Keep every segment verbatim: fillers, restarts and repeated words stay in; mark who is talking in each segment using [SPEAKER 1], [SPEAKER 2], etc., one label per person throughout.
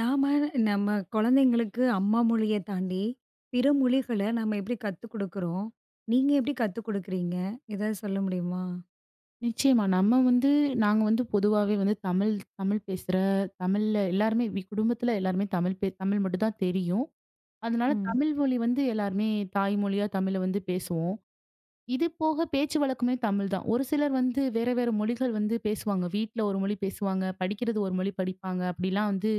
[SPEAKER 1] நாம நம்ம குழந்தைங்களுக்கு அம்மா மொழிய தாண்டி, பிற மொழிகள நம்ம எப்படி கத்துக் குடுக்குறோம்? நீங்க எப்படி கத்துக் குடுக்குறீங்க? ஏதாவது சொல்ல முடியுமா?
[SPEAKER 2] நிச்சயமா. நம்ம வந்து நாங்க வந்து பொதுவாவே வந்து தமிழ் தமிழ் பேசுற தமிழ்ல எல்லாருமே வி குடும்பத்துல எல்லாருமே தமிழ் பே தமிழ் மட்டும் தான் தெரியும். அதனால
[SPEAKER 1] ம்.
[SPEAKER 2] தமிழ் மொழி வந்து எல்லாருமே தாய்மொழியா தமிழ வந்து பேசுவோம். இது போக பேச்சு வழக்குமே தமிழ் தான். ஒரு சிலர் வந்து வேற வேற மொழிகள் வந்து பேசுவாங்க. வீட்ல ஒரு மொழி பேசுவாங்க. படிக்கிறது ஒரு மொழி படிப்பாங்க. அப்படிலாம் வந்து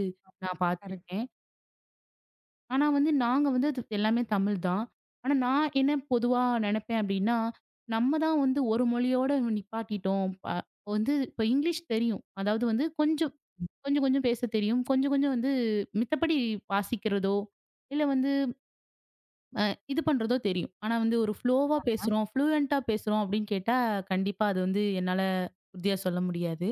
[SPEAKER 2] நான்
[SPEAKER 1] கரெக்ட்
[SPEAKER 2] பார்த்துருக்கேன். ஆனா வந்து நாங்க வந்து அது எல்லாமே தமிழ் தான். ஆனா நான் என்ன பொதுவா நெனைப்பேன் அப்டின்னா, நம்ம தான் வந்து ஒரு மொழியோட நிப்பாட்டிட்டோம். ப வந்து இப்ப இங்கிலீஷ் தெரியும். அதாவது வந்து கொஞ்சம், கொஞ்சம் கொஞ்சம் பேசத் தெரியும். கொஞ்சம் கொஞ்சம் வந்து மித்தபடி வாசிக்கிறதோ, இல்ல வந்து அ இது பண்றதோ தெரியும். ஆனா வந்து ஒரு ஃப்ளோவா
[SPEAKER 1] தான்.
[SPEAKER 2] பேசுறோம், ஃப்ளூயன்ட்டா பேசுறோம் அப்டின்னு கேட்டா, கண்டிப்பா அது வந்து என்னால உறுதியா சொல்ல முடியாது.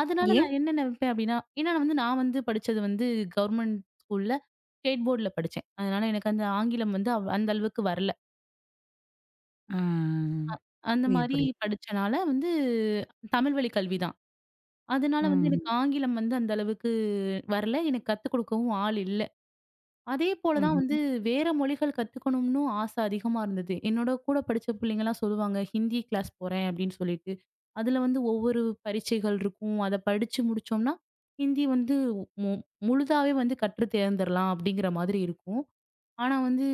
[SPEAKER 2] அதனால
[SPEAKER 1] ஏன்?
[SPEAKER 2] நான் என்ன நினைப்பேன் அப்படின்னா, ஏன்னா நான் வந்து நான் வந்து படிச்சது வந்து கவர்மெண்ட் ஸ்கூல்ல, ஸ்டேட் போர்ட்ல படிச்சேன். அதனால எனக்கு அந்த ஆங்கிலம் வந்து அவ் அந்த அளவுக்கு வரல.
[SPEAKER 1] ஆ.
[SPEAKER 2] அந்த
[SPEAKER 1] புரியுது,
[SPEAKER 2] மாரி
[SPEAKER 1] புரியுது.
[SPEAKER 2] படிச்சனால வந்து தமிழ் வழி கல்வி தான். அதனால வந்து
[SPEAKER 1] ம்.
[SPEAKER 2] எனக்கு ஆங்கிலம் வந்து அந்த அளவுக்கு வரல. எனக்கு கத்துக் கொடுக்கவும் ஆள் இல்ல. அதே போல தான்
[SPEAKER 1] ம்ஹ்ம்.
[SPEAKER 2] வந்து வேற மொழிகள் கத்துக்கணும்னு ஆசை அதிகமா இருந்தது. என்னோட கூட படிச்ச பிள்ளைங்கலாம் சொல்லுவாங்க, "ஹிந்தி கிளாஸ் போறேன்" அப்படின்னு சொல்லிட்டு. அதுல வந்து ஒவ்வொரு பரீட்சைகள் இருக்கும். அத படிச்சு முடிச்சோம்னா, ஹிந்தி வந்து மு முழுதாவே வந்து கற்று தேர்ந்தரலாம் அப்படிங்கிற மாதிரி இருக்கும். ஆனா வந்து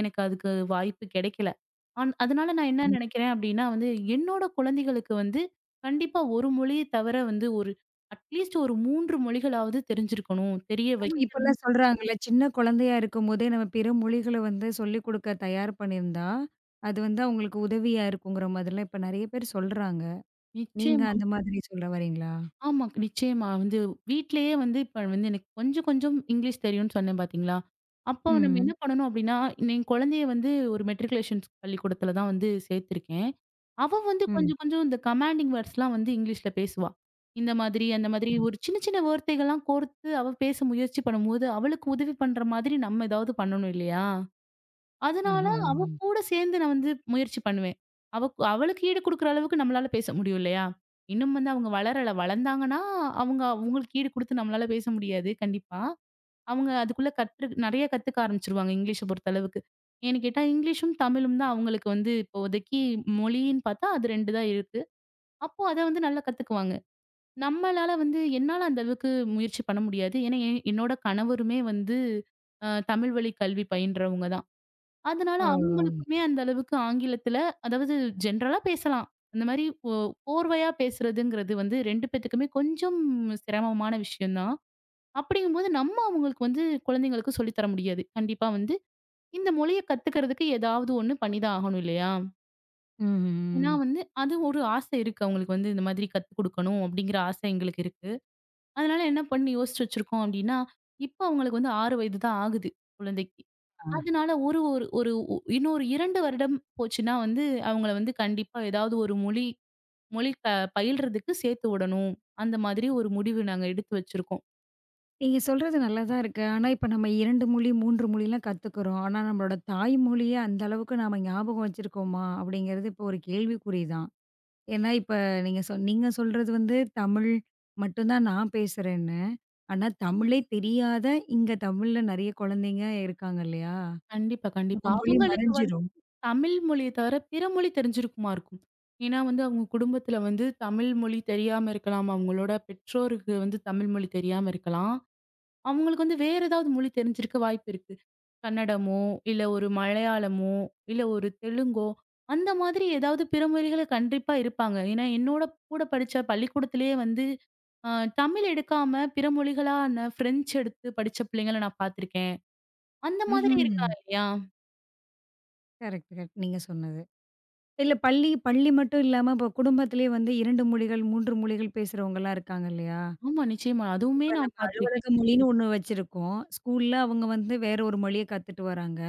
[SPEAKER 2] எனக்கு அதுக்கு வாய்ப்பு கிடைக்கல. அன் அதனால நான் என்ன
[SPEAKER 1] ம்.
[SPEAKER 2] நினைக்கிறேன் அப்படின்னா வந்து, என்னோட குழந்தைகளுக்கு வந்து கண்டிப்பா ஒரு மொழிய தவிர வந்து ஒரு அட்லீஸ்ட் ஒரு மூன்று மொழிகளாவது தெரிஞ்சிருக்கணும். தெரிய
[SPEAKER 1] ஆமா.
[SPEAKER 2] வைக்கணும்.
[SPEAKER 1] இப்பல்லாம் சொல்றாங்கல்ல, சின்ன குழந்தையா இருக்கும்போதே நம்ம பிற மொழிகள வந்து சொல்லிக் குடுக்க தயார் பண்ணியிருந்தா, அது வந்து அவங்களுக்கு உதவியா இருக்குங்கிற மாதிரிலாம் இப்ப நெறைய பேர் சொல்றாங்க. நீங்க
[SPEAKER 2] நிச்சயமா.
[SPEAKER 1] அந்த மாதிரி சொல்ல வரீங்களா?
[SPEAKER 2] ஆமா. நிச்சயமா. வந்து வீட்லயே வந்து இப்ப வந்து எனக்கு கொஞ்சம் கொஞ்சம் இங்கிலீஷ் தெரியும்னு சொன்னேன் பார்த்தீங்களா? அப்போ நம்ம
[SPEAKER 1] ம்.
[SPEAKER 2] என்ன பண்ணணும் அப்டின்னா, என் குழந்தைய வந்து ஒரு மெட்ரிகுலேஷன் பள்ளிக்கூடத்துல தான் வந்து சேர்த்துருக்கேன். அவ வந்து
[SPEAKER 1] ம்.
[SPEAKER 2] கொஞ்சம் கொஞ்சம் இந்த கமாண்டிங் வேர்ட்ஸ்லாம் வந்து இங்கிலீஷ்ல பேசுவா. இந்த மாதிரி, அந்த மாதிரி
[SPEAKER 1] ம்.
[SPEAKER 2] ஒரு சின்ன சின்ன வார்த்தைகள்லாம் கோர்த்து அவ பேச முயற்சி பண்ணும்போது, அவளுக்கு உதவி பண்ற மாதிரி நம்ம ஏதாவது பண்ணணும் இல்லையா?
[SPEAKER 1] அஹ.
[SPEAKER 2] அதனால அவ
[SPEAKER 1] ம்.
[SPEAKER 2] கூட சேர்ந்து நான் வந்து முயற்சி பண்ணுவேன். அவ கு- அவளுக்கு ஈடு குடுக்குற அளவுக்கு நம்மளால பேச முடியும் இல்லையா? இன்னும் வந்து அவங்க வளரல. வளர்ந்தாங்கன்னா, அவங்க அவங்களுக்கு ஈடு குடுத்து நம்மளால பேச முடியாது கண்டிப்பா. அவங்க அதுக்குள்ள கற்று நெறைய கத்துக்க ஆரம்பிச்சுருவாங்க இங்கிலீஷ பொறுத்தளவுக்கு. ஏன்னு கேட்டா, இங்கிலீஷும், தமிழும் தான் அவங்களுக்கு வந்து இப்போதைக்கு மொழின்னு பார்த்தா அது ரெண்டு தான் இருக்கு. அப்போ அத வந்து நல்லா கத்துக்குவாங்க. நம்மளால வந்து என்னால அந்த அளவுக்கு முயற்சி பண்ண முடியாது. ஏன்னா, எ என்னோட கணவருமே வந்து அ தமிழ் வழி கல்வி பயின்றவங்க தான். அதனால
[SPEAKER 1] ஓ!
[SPEAKER 2] அவங்களுக்குமே அந்த அளவுக்கு ஆங்கிலத்துல அதாவது ஜென்ரலா பேசலாம். அந்த மாரி ஓ கோர்வையா பேசுறதுங்கிறது வந்து ரெண்டு பேத்துக்குமே கொஞ்சம் சிரமமான விஷயம் தான். அப்படிங்கும்போது நம்ம அவங்களுக்கு வந்து குழந்தைங்களுக்கு சொல்லி தர முடியாது. கண்டிப்பா வந்து இந்த மொழிய கத்துக்கிறதுக்கு ஏதாவது ஒண்ணு பண்ணி தான் ஆகணும் இல்லையா? ஏன்னா
[SPEAKER 1] ம்ஹ்ம்.
[SPEAKER 2] வந்து அது ஒரு ஆசை இருக்கு அவங்களுக்கு வந்து இந்த மாதிரி கத்துக் குடுக்கணும் அப்படிங்கிற ஆசை எங்களுக்கு இருக்கு. அதனால என்ன பண்ணி யோசிச்சு வச்சிருக்கோம் அப்படின்னா, இப்ப அவங்களுக்கு வந்து ஆறு வயது தான் ஆகுது குழந்தைக்கு.
[SPEAKER 1] ஆ.
[SPEAKER 2] அதனால ஒரு ஒரு ஒரு உ இன்னொரு இரண்டு வருடம் போச்சுன்னா வந்து, அவங்கள வந்து கண்டிப்பா ஏதாவது ஒரு மொழி மொழி ப பயில்றதுக்கு சேர்த்து விடணும். அந்த மாதிரி ஒரு முடிவு நாங்க எடுத்து வச்சிருக்கோம்.
[SPEAKER 1] நீங்க சொல்றது நல்லா தான் இருக்கு. ஆனா, இப்ப நம்ம இரண்டு மொழி, மூன்று மொழிலாம் கத்துக்கிறோம். ஆனா, நம்மளோட தாய்மொழிய அந்த அளவுக்கு நாம ஞாபகம் வச்சிருக்கோமா? அப்படிங்கிறது இப்போ ஒரு கேள்விக்குறி தான். ஏன்னா, இப்ப நீங்க சொ நீங்க சொல்றது வந்து தமிழ் மட்டும் தான் நான் பேசுறேன்னு. ஆனா, தமிழே தெரியாத இங்க தமிழ்ல நெறைய குழந்தைங்க இருக்காங்க இல்லையா?
[SPEAKER 2] கண்டிப்பா, கண்டிப்பா.
[SPEAKER 1] நம்ம மொழி
[SPEAKER 2] அவங்களுக்கு வந்து
[SPEAKER 1] மறைஞ்சிரும்.
[SPEAKER 2] தமிழ் மொழிய தவிர பிற மொழி தெரிஞ்சிருக்குமா இருக்கும். ஏன்னா வந்து அவங்க குடும்பத்துல வந்து தமிழ் மொழி தெரியாம இருக்கலாம். அவங்களோட பெற்றோருக்கு வந்து தமிழ் மொழி தெரியாம இருக்கலாம். அவங்களுக்கு வந்து வேற ஏதாவது மொழி தெரிஞ்சிருக்க வாய்ப்பு இருக்கு. கன்னடமோ, இல்ல ஒரு மலையாளமோ, இல்ல ஒரு தெலுங்கோ, அந்த மாதிரி ஏதாவது பிற மொழிகள கண்டிப்பா இருப்பாங்க. ஏன்னா, என்னோட கூட படிச்ச பள்ளிக்கூடத்திலேயே வந்து அ தமிழ் எடுக்காம பிற மொழிகளான ஃப்ரெஞ்ச் எடுத்து படிச்ச பிள்ளைங்கள நான் பார்த்துருக்கேன். அந்த மாதிரி
[SPEAKER 1] ம்ஹ்ம்.
[SPEAKER 2] இருக்கா இல்லையா?
[SPEAKER 1] Correct, correct. நீங்க சொன்னது. இல்ல பள்ளி பள்ளி மட்டும் இல்லாம இப்போ குடும்பத்திலேயே வந்து இரண்டு மொழிகள், மூன்று மொழிகள் பேசுறவங்கலாம் இருக்காங்க இல்லையா?
[SPEAKER 2] ஆமா, நிச்சயமா. அதுவுமே
[SPEAKER 1] இப்ப
[SPEAKER 2] நான்
[SPEAKER 1] நம்ம அலுவலக
[SPEAKER 2] பார்த்துருக்கேன்.
[SPEAKER 1] மொழின்னு ஒண்ணு வச்சிருக்கோம். ஸ்கூல்ல அவங்க வந்து வேற ஒரு மொழிய கத்துட்டு வராங்க.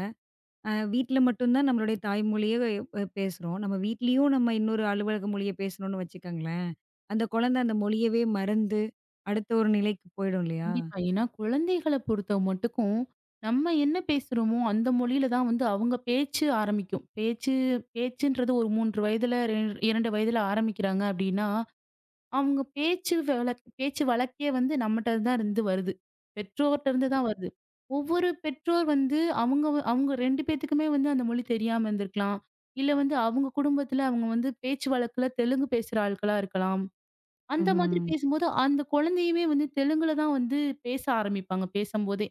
[SPEAKER 1] அ வீட்ல மட்டும் தான் நம்மளுடைய தாய்மொழிய அ பேசுறோம். நம்ம வீட்லயும் நம்ம இன்னொரு அலுவலக மொழிய பேசணும்னு வச்சுக்கோங்களேன். அந்த குழந்தை அந்த மொழியவே மறந்து அடுத்த ஒரு நிலைக்கு போயிடும் இல்லையா?
[SPEAKER 2] கண்டிப்பா. ஏன்னா, குழந்தைகள பொறுத்த மட்டுக்கும், நம்ம என்ன பேசுறோமோ அந்த மொழியில தான் வந்து அவங்க பேச்சு ஆரம்பிக்கும். பேச்சு பேச்சுன்றது ஒரு மூன்று வயதுல, இரண்டு வயதுல ஆரம்பிக்கிறாங்க அப்படின்னா அவங்க பேச்சு வழக் பேச்சு வழக்கே வந்து நம்மட்ட தான் இருந்து வருது. பெற்றோர்ட்ட இருந்து தான் வருது. ஒவ்வொரு பெற்றோர் வந்து அவங்க வ- அவங்க ரெண்டு பேத்துக்குமே வந்து அந்த மொழி தெரியாம இருந்திருக்கலாம். இல்ல வந்து அவங்க குடும்பத்துல அவங்க வந்து பேச்சு வழக்குல தெலுங்கு பேசுற ஆட்களா இருக்கலாம். அந்த மாதிரி
[SPEAKER 1] ம்ஹ்ம்.
[SPEAKER 2] பேசும்போது அந்த குழந்தையுமே வந்து தெலுங்குல தான் வந்து பேச ஆரம்பிப்பாங்க பேசம்போதே.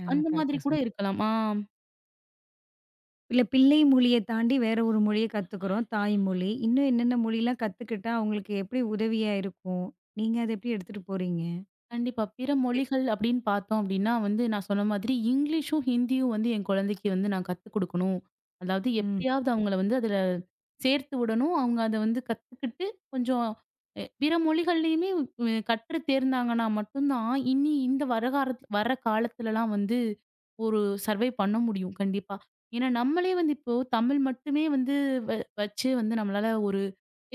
[SPEAKER 1] ஆ,
[SPEAKER 2] அந்த மாதிரி
[SPEAKER 1] கரெக்ட்டா
[SPEAKER 2] கூட
[SPEAKER 1] சொன்னீங்க.
[SPEAKER 2] இருக்கலாம். ஆ.
[SPEAKER 1] இல்ல பிள்ளை மொழிய தாண்டி வேற ஒரு மொழிய கத்துக்கிறோம். தாய்மொழி. இன்னும் என்னென்ன மொழிலாம் கத்துக்கிட்டா அவங்களுக்கு எப்படி உதவியா இருக்கும்? நீங்க அத எப்படி எடுத்துட்டு போறீங்க?
[SPEAKER 2] கண்டிப்பா. பிற மொழிகள் அப்படின்னு பார்த்தோம் அப்படின்னா வந்து, நான் சொன்ன மாதிரி இங்கிலீஷும், ஹிந்தியும் வந்து என் குழந்தைக்கு வந்து நான் கத்துக் குடுக்கணும். அதாவது எப்படியாவது அவங்கள வந்து அதுல சேர்த்து விடணும். அவங்க அத வந்து கத்துக்கிட்டு கொஞ்சம் எ பிற மொழிகள்லயுமே வ் கற்று தேர்ந்தாங்கன்னா மட்டும்தான், இனி இந்த வர காலத் வர காலத்துலலாம் வந்து ஒரு சர்வை பண்ண முடியும் கண்டிப்பா. ஏன்னா நம்மளே வந்து இப்போ தமிழ் மட்டுமே வந்து வ வச்சு வந்து நம்மளால ஒரு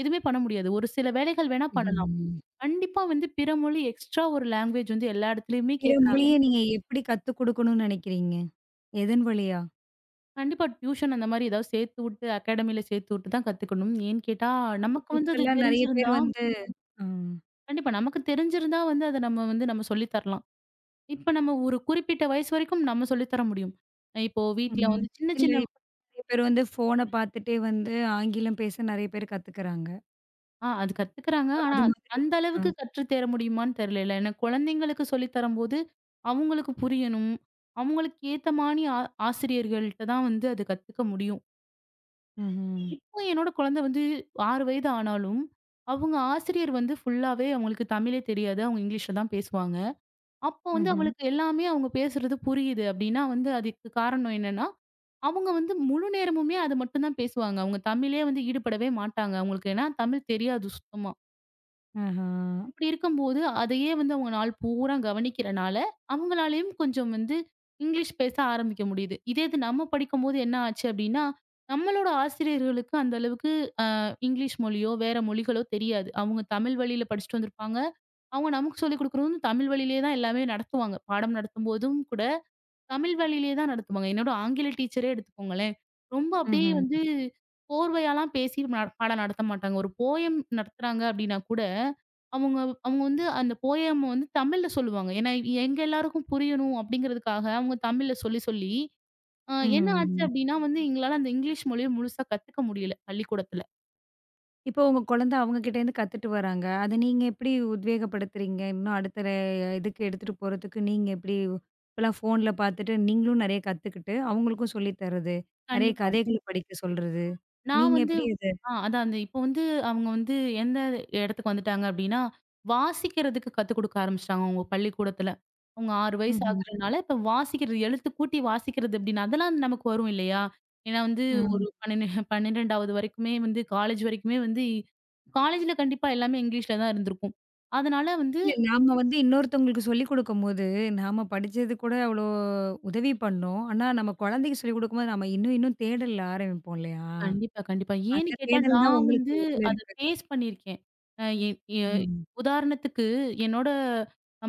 [SPEAKER 2] எதுவுமே பண்ண முடியாது. ஒரு சில வேலைகள் வேணா பண்ணலாம்.
[SPEAKER 1] ம்.
[SPEAKER 2] கண்டிப்பா வந்து பிற மொழி எக்ஸ்ட்ரா ஒரு லாங்குவேஜ் வந்து எல்லா இடத்துலயுமே
[SPEAKER 1] பிற
[SPEAKER 2] கேக்குறாங்க.
[SPEAKER 1] மொழிய நீங்க எப்படி கத்துக் குடுக்கணும்னு நெனைக்கிறீங்க? எதன் வழியா?
[SPEAKER 2] கண்டிப்பா டியூஷன் அந்த மாரி ஏதாவது சேர்த்து விட்டு, அகாடமில சேர்த்து விட்டு தான் கத்துக்கணும். ஏன்னு கேட்டா, நமக்கு வந்து அது
[SPEAKER 1] இப்பல்லாம் நெறைய பேர்
[SPEAKER 2] தெரிஞ்சிருந்தா
[SPEAKER 1] வந்து ஆ.
[SPEAKER 2] கண்டிப்பா நமக்கு தெரிஞ்சிருந்தா வந்து அத நம்ம வந்து நம்ம சொல்லி தரலாம். இப்ப நம்ம ஒரு குறிப்பிட்ட வயசு வரைக்கும் நம்ம சொல்லி தர முடியும். அஹ் இப்போ வீட்ல
[SPEAKER 1] ம்.
[SPEAKER 2] வந்து சின்ன
[SPEAKER 1] இல்ல
[SPEAKER 2] சின்ன
[SPEAKER 1] இப்ப நெறைய பேர் வந்து ஃபோன பார்த்துட்டே வந்து ஆங்கிலம் பேச நெறைய பேர் கத்துக்குறாங்க.
[SPEAKER 2] ஆ அது கத்துக்கிறாங்க.
[SPEAKER 1] இப்ப
[SPEAKER 2] ஆனா
[SPEAKER 1] அது மாதிரி
[SPEAKER 2] அந்த
[SPEAKER 1] ஆ.
[SPEAKER 2] அளவுக்கு கற்று தேர முடியுமான்னு தெரியலல்ல. ஏன்னா குழந்தைங்களுக்கு சொல்லி தரும்போது, அவங்களுக்கு புரியணும். அவங்களுக்கு ஏத்த மாரி ஆ ஆசிரியர்கள்ட்ட தான் வந்து அது கத்துக்க முடியும்.
[SPEAKER 1] ம்ஹ்ம்.
[SPEAKER 2] இப்போ என்னோட குழந்தை வந்து ஆறு வயது ஆனாலும், அவங்க ஆசிரியர் வந்து ஃபுல்லாவே அவங்களுக்கு தமிழே தெரியாது. அவங்க இங்கிலீஷ்ல தான் பேசுவாங்க. அப்போ வந்து
[SPEAKER 1] ம்ஹ்ம்.
[SPEAKER 2] அவளுக்கு எல்லாமே அவங்க பேசுறது புரியுது அப்டின்னா வந்து அதுக்கு காரணம் என்னன்னா, அவங்க வந்து முழு நேரமுமே அது மட்டும் தான் பேசுவாங்க. அவங்க தமிழே வந்து ஈடுபடவே மாட்டாங்க. அவங்களுக்கு ஏன்னா தமிழ் தெரியாது சுத்தமா.
[SPEAKER 1] ஆஹா.
[SPEAKER 2] அப்டி இருக்கும்போது அதையே வந்து அவங்க நாள் பூரா கவனிக்கிறனால, அவங்களாலயும் கொஞ்சம் வந்து இங்கிலீஷ் பேச ஆரம்பிக்க முடியுது. இதே இது நம்ம படிக்கும்போது என்ன ஆச்சு அப்டின்னா, நம்மளோட ஆசிரியர்களுக்கு அந்த அளவுக்கு இங்கிலீஷ் மொழியோ, வேற மொழிகளோ தெரியாது. அவங்க தமிழ் வழியில படிச்சுட்டு வந்திருப்பாங்க. அவங்க நமக்கு சொல்லிக் குடுக்குறதும் தமிழ் வழியிலேயே தான் எல்லாமே நடத்துவாங்க. பாடம் நடத்தும்போதும் கூட தமிழ் வழியிலேயே தான் நடத்துவாங்க. என்னோட ஆங்கில டீச்சரே எடுத்துக்கோங்களேன். ரொம்ப அப்படியே
[SPEAKER 1] ம்ஹ்ம்.
[SPEAKER 2] வந்து கோர்வையாலாம் பேசி ந பாடம் நடத்த மாட்டாங்க. ஒரு போயம் நடத்துறாங்க அப்படின்னா கூட, அவங்க அவங்க வந்து அந்த போயம் வந்து தமிழ்ல சொல்லுவாங்க. ஏன்னா எங்க எல்லாருக்கும் புரியணும் அப்படிங்கிறதுக்காக அவங்க தமிழ்ல சொல்லி சொல்லி அ என்ன ஆச்சு
[SPEAKER 1] ம்.
[SPEAKER 2] அப்படின்னா வந்து எங்களால அந்த இங்கிலீஷ் மொழிய முழுசா கத்துக்க முடியல பள்ளிக்கூடத்துல.
[SPEAKER 1] இப்போ உங்க குழந்தை அவங்க கிட்டேருந்து கத்துட்டு வராங்க. அத நீங்க எப்படி உத்வேகப்படுத்துறீங்க? இன்னும் அடுத்த ர இதுக்கு எடுத்துட்டு போறதுக்கு நீங்க எப்படி இப்பலாம் ஃபோன்ல பார்த்துட்டு நீங்களும் நெறைய கத்துக்கிட்டு, அவங்களுக்கும் சொல்லி தர்றது, நெறைய
[SPEAKER 2] கண்டிப்பா.
[SPEAKER 1] கதைகள் படிக்க சொல்றது.
[SPEAKER 2] நான்
[SPEAKER 1] நீங்க
[SPEAKER 2] வந்து
[SPEAKER 1] எப்படி அது?
[SPEAKER 2] ஆ அதான் அந்த இப்போ வந்து அவங்க வந்து எந்த இடத்துக்கு வந்துட்டாங்க அப்டின்னா, வாசிக்கிறதுக்கு கத்துக் குடுக்க ஆரம்பிச்சுட்டாங்க அவங்க பள்ளிக்கூடத்துல. அவங்க ஆறு வயசு
[SPEAKER 1] ம்ஹ்ம்.
[SPEAKER 2] ஆகுறனால, இப்ப வாசிக்கிறது எழுத்து கூட்டி வாசிக்கிறது அப்டின்னா, அதெல்லாம் நமக்கு வரும் இல்லையா? ஏன்னா வந்து
[SPEAKER 1] ம்.
[SPEAKER 2] ஒரு பன்னெண்டு பன்னிரெண்டாவது வரைக்குமே வந்து காலேஜ் வரைக்குமே வந்து காலேஜ்ல கண்டிப்பா எல்லாமே இங்கிலீஷ்ல தான் இருந்திருக்கும். அதனால வந்து
[SPEAKER 1] இல்ல நாம வந்து இன்னொருத்தவங்களுக்கு சொல்லிக் குடுக்கும்போது, நாம படிச்சது கூட அவ்ளோ உதவி பண்ணும். ஆனா நம்ம குழந்தைக்கு சொல்லிக் குடுக்கும்போது, நாம இன்னும் இன்னும் தேடல்ல ஆரம்பிப்போம் இல்லையா?
[SPEAKER 2] கண்டிப்பா, கண்டிப்பா.
[SPEAKER 1] அந்த
[SPEAKER 2] ஏன்னு கேட்டா,
[SPEAKER 1] தேடல் தான்
[SPEAKER 2] நான்
[SPEAKER 1] உங்களுக்கு
[SPEAKER 2] வந்து
[SPEAKER 1] இதுல
[SPEAKER 2] அத
[SPEAKER 1] இருக்கு.
[SPEAKER 2] ஃபேஸ் பண்ணியிருக்கேன். அ எ எ
[SPEAKER 1] ம்.
[SPEAKER 2] உதாரணத்துக்கு என்னோட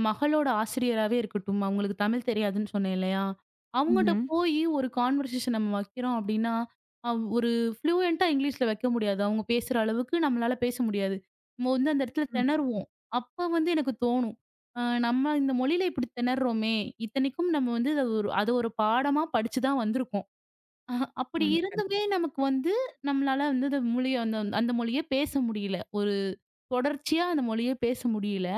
[SPEAKER 2] மகளோட ஆசிரியராவே இருக்கட்டும், அவங்களுக்கு தமிழ் தெரியாதுன்னு சொன்னேன் இல்லையா? அவங்கட்ட
[SPEAKER 1] ம்ஹ்ம்.
[SPEAKER 2] போயி ஒரு கான்வர்சேஷன் நம்ம வைக்கிறோம் அப்டின்னா, அவ் ஒரு ஃப்ளூயன்ட்டா இங்கிலீஷ்ல வைக்க முடியாது. அவங்க பேசுற அளவுக்கு நம்மளால பேச முடியாது. நம்ம வந்து அந்த இடத்துல
[SPEAKER 1] ம்.
[SPEAKER 2] திணறுவோம். அப்ப வந்து எனக்கு தோணும். அ நம்ம இந்த மொழியில இப்டி திணறுறோமே! இத்தனைக்கும் நம்ம வந்து அத ஒரு அத ஒரு பாடமா படிச்சு தான் வந்திருக்கோம். அஹ, அப்படி
[SPEAKER 1] ம். கரெக்ட்.
[SPEAKER 2] இருந்துமே நமக்கு வந்து நம்மளால வந்து அந்த மொழிய அந்த அந்த மொழிய பேச முடியல. ஒரு தொடர்ச்சியா அந்த மொழிய பேச முடியல.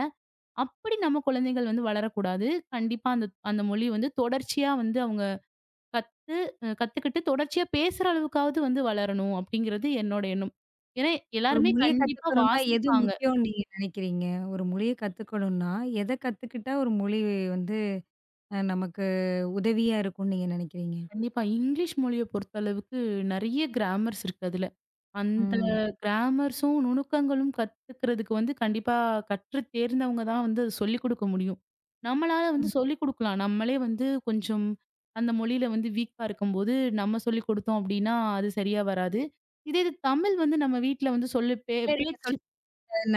[SPEAKER 2] அப்படி நம்ம குழந்தைகள் வந்து வளரக்கூடாது. கண்டிப்பா அந்த அந்த மொழி வந்து தொடர்ச்சியா வந்து அவங்க கத்து அ கத்துக்கிட்டு தொடர்ச்சியா பேசுற அளவுக்காவது வந்து வளரணும் அப்படிங்கிறது என்னோட எண்ணம். ஏன்னா
[SPEAKER 1] ஒரு
[SPEAKER 2] எல்லாருமே
[SPEAKER 1] மொழிய
[SPEAKER 2] கண்டிப்பா
[SPEAKER 1] கத்துக்கணும்னா எது
[SPEAKER 2] வாசிப்பாங்க.
[SPEAKER 1] முக்கியம்னு நீங்க நினைக்கிறீங்க? ஒரு மொழிய கத்துக்கணும்னா, எத கத்துக்கிட்டா ஒரு மொழி வந்து அ நமக்கு உதவியா இருக்கும்னு நீங்க நினைக்கிறீங்க?
[SPEAKER 2] கண்டிப்பா இங்கிலீஷ் மொழிய பொறுத்தளவுக்கு நெறைய கிராமர்ஸ் இருக்கு அதுல. அந்த
[SPEAKER 1] ம்.
[SPEAKER 2] கிராமர்ஸும், நுணுக்கங்களும் கத்துக்கிறதுக்கு வந்து கண்டிப்பா கற்று தேர்ந்தவங்க தான் வந்து அத சொல்லிக் குடுக்க முடியும். நம்மளால வந்து
[SPEAKER 1] ம்.
[SPEAKER 2] சொல்லிக் குடுக்கலாம். நம்மளே வந்து கொஞ்சம் அந்த மொழியில வந்து வீக்கா இருக்கும்போது, நம்ம சொல்லிக் குடுத்தோம் அப்டின்னா, அது சரியா வராது. இதே இது தமிழ் வந்து நம்ம வீட்ல வந்து சொல்லி பே
[SPEAKER 1] இல்ல நீங்க
[SPEAKER 2] பேச்சு
[SPEAKER 1] சொல்ற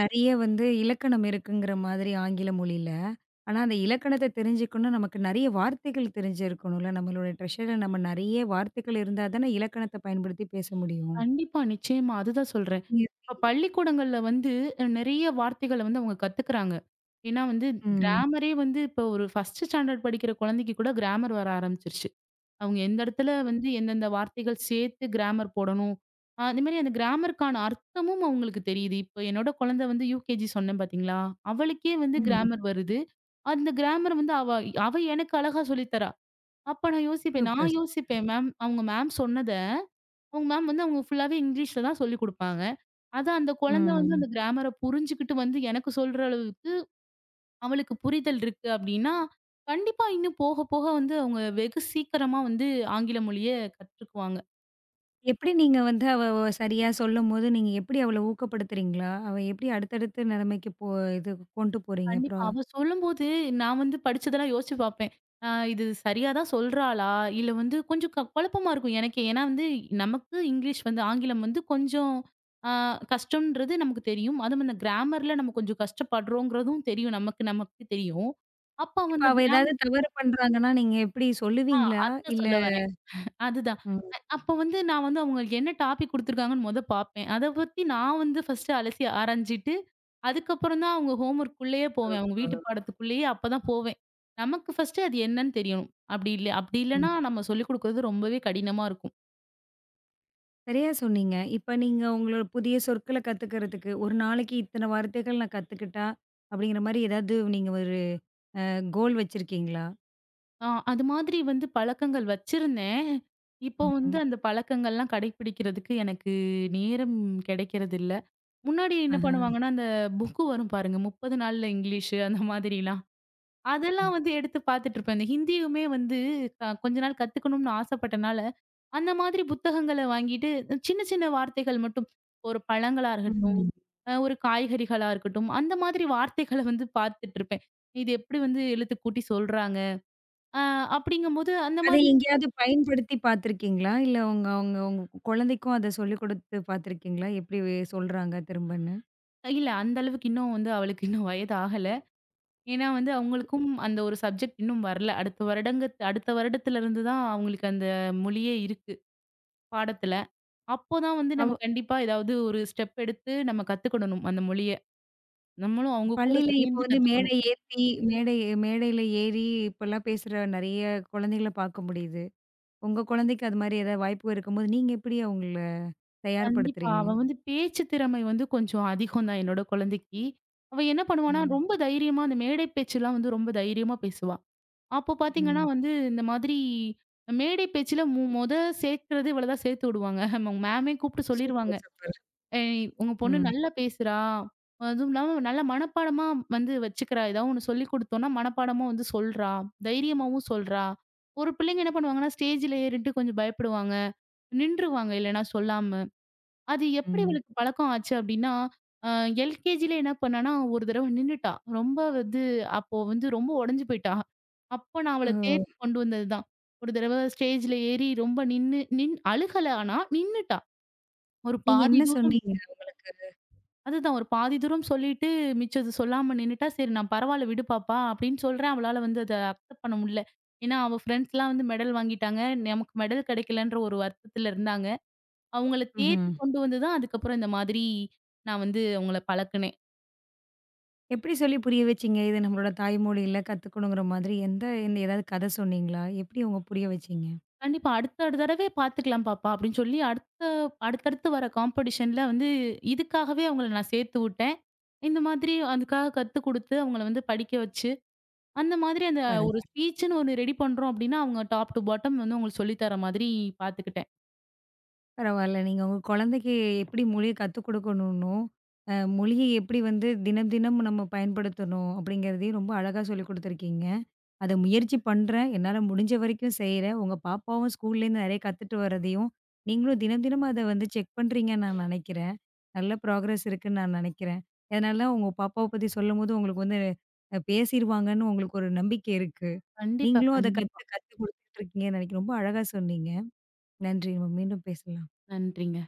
[SPEAKER 1] நெறைய வந்து இலக்கணம் இருக்குங்கிற மாதிரி ஆங்கில மொழியில. ஆனா, அந்த இலக்கணத்த தெரிஞ்சுக்கணும், நமக்கு நெறைய வார்த்தைகள் தெரிஞ்சிருக்கணும்ல. நம்மளோட ட்ரெஷர்ல நம்ம நெறைய வார்த்தைகள் இருந்தா தானே இலக்கணத்த பயன்படுத்தி பேச முடியும்.
[SPEAKER 2] கண்டிப்பா, நிச்சயமா. அதுதான் சொல்றேன்.
[SPEAKER 1] நீங்க
[SPEAKER 2] இப்ப பள்ளிக்கூடங்கள்ல வந்து நெறைய வார்த்தைகள வந்து அவங்க கத்துக்கிறாங்க. ஏன்னா வந்து
[SPEAKER 1] ம்,
[SPEAKER 2] கிராமரே வந்து இப்ப ஒரு ஒன்னு ஸ்டாண்டர்ட் படிக்கிற குழந்தைக்கு கூட கிராமர் வர ஆரம்பிச்சுருச்சு. அவங்க எந்த இடத்துல வந்து எந்தெந்த வார்த்தைகள் சேர்த்து கிராமர் போடணும். அ அதே மாரி அந்த கிராமருக்கான அர்த்தமும் அவங்களுக்கு தெரியுது. இப்ப என்னோட குழந்தை வந்து யுகேஜி சொன்னேன் பார்த்தீங்களா? அவளுக்கே வந்து ம்.
[SPEAKER 1] ம்.
[SPEAKER 2] கிராமர் வருது. அந்த கிராமர் வந்து அவ அவ எனக்கு அழகா சொல்லி தரா. அப்ப நான் யோசிப்பேன். நான்
[SPEAKER 1] சூப்பர்.
[SPEAKER 2] யோசிப்பேன் மேம் அவங்க மேம் சொன்னத அவங்க மேம் வந்து அவங்க ஃபுல்லாவே இங்கிலீஷ்ல தான் சொல்லிக் குடுப்பாங்க. அத அந்த குழந்தை வந்து
[SPEAKER 1] ம்.
[SPEAKER 2] அந்த கிராமர புரிஞ்சுகிட்டு வந்து எனக்கு சொல்ற அளவுக்கு அவளுக்கு புரிதல் இருக்கு அப்படின்னா, கண்டிப்பா இன்னும் போக, போக வந்து அவங்க வெகு சீக்கிரமா வந்து ஆங்கில மொழிய கற்றுக்குவாங்க.
[SPEAKER 1] எப்படி நீங்க வந்து அவ வ சரியா சொல்லும்போது, நீங்க எப்படி அவள ஊக்கப்படுத்துறீங்களா? அவ எப்படி அடுத்தடுத்த நிலைமைக்கு போ இது கொண்டு போறீங்க
[SPEAKER 2] கண்டிப்பா.
[SPEAKER 1] அப்புறம்?
[SPEAKER 2] அவ சொல்லும்போது நான் வந்து படிச்சதெல்லாம் யோசிச்சு பார்ப்பேன். அ இது சரியா தான் சொல்றாளா? இல்ல வந்து கொஞ்சம் க குழப்பமா இருக்கும் எனக்கே. ஏன்னா வந்து நமக்கு இங்கிலீஷ் வந்து ஆங்கிலம் வந்து கொஞ்சம் அ கஷ்டம்ன்றது நமக்கு தெரியும். அதுவும் அந்த கிராமர்ல நம்ம கொஞ்சம் கஷ்டப்படுறோங்கிறதும் தெரியும். நமக்கு நமக்கு தெரியும். அப்ப அவ
[SPEAKER 1] இப்ப
[SPEAKER 2] அந்த
[SPEAKER 1] அவ
[SPEAKER 2] கிராம்
[SPEAKER 1] ஏதாவது தவறு பண்றாங்கன்னா, நீங்க எப்படி
[SPEAKER 2] ஆ
[SPEAKER 1] சொல்லுவீங்களா?
[SPEAKER 2] அதுதான்
[SPEAKER 1] இல்ல
[SPEAKER 2] சொல்ல வரேன். அதுதான்.
[SPEAKER 1] ம்.
[SPEAKER 2] அ அப்ப வந்து நான் வந்து அவங்களுக்கு என்ன டாபிக் குடுத்துருக்காங்கன்னு மொத பாப்பேன். அத பத்தி நான் வந்து ஃபர்ஸ்ட்டு அலசி ஆராய்ஞ்சிட்டு, அதுக்கப்புறம் தான் அவங்க ஹோம் ஒர்க்குள்ளயே போவேன். அவங்க
[SPEAKER 1] ஓஹோ!
[SPEAKER 2] வீட்டு பாடத்துக்குள்ளேயே அப்பதான் போவேன். நமக்கு ஃபர்ஸ்ட்டு அது என்னன்னு தெரியணும். அப்படி இல்ல அப்படி இல்லன்னா நம்ம சொல்லிக் குடுக்குறது ரொம்பவே கடினமா இருக்கும்.
[SPEAKER 1] சரியா சொன்னீங்க. இப்ப நீங்க உங்களோட புதிய சொற்கள கத்துக்கிறதுக்கு, ஒரு நாளைக்கு இத்தன வார்த்தைகள் நான் கத்துக்கிட்டா, அப்படிங்கிற மாரி ஏதாவது நீங்க ஒரு கோல் வச்சிருக்கீங்களா?
[SPEAKER 2] ஆ அது மாதிரி வந்து பழக்கங்கள் வச்சிருந்தேன். இப்போ வந்து
[SPEAKER 1] ம்.
[SPEAKER 2] அந்த பழக்கங்கள்லாம் கடைப்பிடிக்கிறதுக்கு எனக்கு நேரம் கிடைக்கிறதில்ல. முன்னாடி என்ன
[SPEAKER 1] ஆஹா.
[SPEAKER 2] பண்ணுவாங்கன்னா, அந்த புக்கு வரும் பாருங்க. முப்பது நாள்ல இங்கிலீஷு அந்த மாதிரிலாம். அதெல்லாம் வந்து எடுத்து பார்த்துட்டுருப்பேன். இந்த ஹிந்தியுமே வந்து க கொஞ்ச நாள் கத்துக்கணும்னு ஆசைப்பட்டனால, அந்த மாதிரி புத்தகங்கள வாங்கிட்டு சின்ன சின்ன வார்த்தைகள் மட்டும். ஒரு பழங்களா இருக்கட்டும்,
[SPEAKER 1] ம்.
[SPEAKER 2] அ ஒரு காய்கறிகளா இருக்கட்டும், அந்த மாதிரி வார்த்தைகள வந்து பார்த்துட்டுருப்பேன். இது எப்படி வந்து எழுத்து கூட்டி சொல்றாங்க? அ அப்படிங்கும்போது அந்த
[SPEAKER 1] அதை
[SPEAKER 2] மாதிரி
[SPEAKER 1] எங்கேயாவது பயன்படுத்தி பார்த்துருக்கீங்களா? இல்ல உங்க உங்க உங்க குழந்தைக்கும் அத சொல்லிக் குடுத்து பார்த்துருக்கீங்களா? எப்படி சொல்றாங்க திரும்பன்னு?
[SPEAKER 2] இல்ல அந்த அளவுக்கு இன்னும் வந்து அவளுக்கு இன்னும் வயது ஆகல. ஏன்னா வந்து அவங்களுக்கும் அந்த ஒரு சப்ஜெக்ட் இன்னும் வரல. அடுத்த வருடங்கத் அடுத்த வருடத்திலருந்து தான் அவங்களுக்கு அந்த மொழியே இருக்கு, பாடத்துல. அப்போதான் வந்து
[SPEAKER 1] அவ
[SPEAKER 2] நம்ம கண்டிப்பா ஏதாவது ஒரு ஸ்டெப் எடுத்து நம்ம கத்துக்கிடணும் அந்த மொழிய. நம்மளும் அவங்க கூட
[SPEAKER 1] பள்ளியில இப்ப
[SPEAKER 2] சேர்ந்து
[SPEAKER 1] வந்து மேடை
[SPEAKER 2] கத்துக்கணும்.
[SPEAKER 1] ஏத்தி மேடை மேடையில ஏறி இப்பலாம் பேசுற நெறைய குழந்தைகள பார்க்க முடியுது. உங்க குழந்தைக்கு அது மாரி ஏதாவது வாய்ப்பு இருக்கும்போது, நீங்க எப்படி அவங்கள
[SPEAKER 2] கண்டிப்பா.
[SPEAKER 1] தயார்படுத்துறீங்க?
[SPEAKER 2] அவ வந்து பேச்சு திறமை வந்து கொஞ்சம் அதிகம் தான் என்னோட குழந்தைக்கு. அவ என்ன பண்ணுவான்னா,
[SPEAKER 1] ம்,
[SPEAKER 2] ரொம்ப தைரியமா அந்த மேடை பேச்சுலாம் வந்து ரொம்ப தைரியமா பேசுவா. அப்போ பார்த்தீங்கன்னா
[SPEAKER 1] ம்.
[SPEAKER 2] வந்து இந்த மாதிரி மேடை பேச்சுல மு மொத சேர்க்கிறது இவள தான் சேர்த்து விடுவாங்க. மேமே கூப்பிட்டு சொல்லிருவாங்க.
[SPEAKER 1] Super, super.
[SPEAKER 2] ஏய், உங்க பொண்ணு
[SPEAKER 1] ம்,
[SPEAKER 2] நல்லா பேசுறா. அதுவும் இல்லாம நல்லா மனப்பாடமா வந்து வச்சுக்கிறா. ஏதாவது ஒண்ணு சொல்லிக் குடுத்தோம்னா, மனப்பாடமா வந்து சொல்றா. தைரியமாவும் சொல்றா. ஒரு பிள்ளைங்க என்ன பண்ணுவாங்கன்னா, ஸ்டேஜ்ல ஏறிட்டு கொஞ்சம் பயப்படுவாங்க. நின்றுவாங்க இல்லன்னா சொல்லாம. அது எப்படி
[SPEAKER 1] ம்.
[SPEAKER 2] இவளுக்கு பழக்கம் ஆச்சு அப்படின்னா, அ எல்கேஜில என்ன பண்ணான்னா, ஒரு தடவ நின்னுட்டா. ரொம்ப வந்து அப்போ வந்து ரொம்ப உடைஞ்சு போயிட்டா. அப்ப நான் அவள
[SPEAKER 1] ஓஹோ!
[SPEAKER 2] தேத்தி கொண்டு வந்தது தான். ஒரு தடவ ஸ்டேஜ்ல ஏறி ரொம்ப நின்னு நின் அழுகல ஆனா, நின்னுட்டா. ஒரு
[SPEAKER 1] நீங்க
[SPEAKER 2] பாதி
[SPEAKER 1] என்ன
[SPEAKER 2] தூரம்
[SPEAKER 1] சொன்னீங்க அவங்களுக்கு?
[SPEAKER 2] அதுதான் ஒரு பாதி தூரம் சொல்லிட்டு, மிச்சது சொல்லாம நின்னுட்டா, சரி நான் பரவால்ல விடு பாப்பா அப்படின்னு சொல்றேன். அவளால வந்து அத அக்செப்ட் பண்ண முடியல. ஏன்னா, அவ ஃப்ரெண்ட்ஸ்லாம் வந்து மெடல் வாங்கிட்டாங்க. நமக்கு மெடல் கிடைக்கலன்ற ஒரு வருத்தத்துல இருந்தாங்க. அவங்கள தேத்தி
[SPEAKER 1] ம்ஹ்ம்.
[SPEAKER 2] கொண்டு வந்து தான் அதுக்கப்புறம் இந்த மாதிரி நான் வந்து அவங்கள பழக்குனேன்.
[SPEAKER 1] எப்படி சொல்லி புரிய வச்சீங்க? இது நம்மளோட தாய்மொழியில கத்துக்கணுங்கிற மாதிரி எந்த எந்த ஏதாவது கதை சொன்னீங்களா? எப்படி அவங்க புரிய வச்சீங்க?
[SPEAKER 2] "கண்டிப்பா அடுத்த அடுத்த தடவை பார்த்துக்கலாம் பாப்பா" அப்படின்னு சொல்லி அடுத்த அடுத்தடுத்து வர காம்படிஷன்ல வந்து இதுக்காகவே அவங்கள நான் சேர்த்து விட்டேன். இந்த மாதிரி அதுக்காக கத்துக் குடுத்து அவங்கள வந்து படிக்க வச்சு அந்த மாதிரி அந்த ஒரு
[SPEAKER 1] பரவா
[SPEAKER 2] ஸ்பீச்சுன்னு ஒண்ணு ரெடி பண்றோம் அப்டின்னா, அவங்க டாப் டூ பாட்டம் வந்து உங்களுக்கு சொல்லி தர மாதிரி பாத்துக்கிட்டேன்.
[SPEAKER 1] பரவால்ல. நீங்க உங்க குழந்தைக்கு எப்படி மொழிய கத்துக் குடுக்கணும்னும், அ மொழிய எப்படி வந்து தினம் தினம் நம்ம பயன்படுத்தணும் அப்படிங்கிறதையும் ரொம்ப அழகா சொல்லிக் குடுத்துருக்கீங்க. அத முயற்சி பண்றேன். என்னால முடிஞ்ச வரைக்கும் செய்றேன். உங்க பாப்பாவும் ஸ்கூல்லேருந்து நெறைய கத்துட்டு வரதையும், நீங்களும் தினம் தினம் அத வந்து செக் பண்றீங்கன்னு நான் நெனைக்கிறேன். நல்ல ப்ராக்ரஸ் இருக்குன்னு நான் நெனைக்கிறேன். அதனால உங்க பாப்பாவ பத்தி சொல்லும்போது உங்களுக்கு வந்து அ பேசிருவாங்கன்னு உங்களுக்கு ஒரு நம்பிக்கை இருக்கு.
[SPEAKER 2] கண்டிப்பா,
[SPEAKER 1] நீங்களும் அத
[SPEAKER 2] கண்டிப்பா.
[SPEAKER 1] கத்து கத்து குடுத்துட்டு இருக்கீங்கன்னு நெனைக்கிறேன். ரொம்ப அழகா சொன்னீங்க. நன்றி. நம்ம மீண்டும் பேசலாம்.
[SPEAKER 2] நன்றிங்க.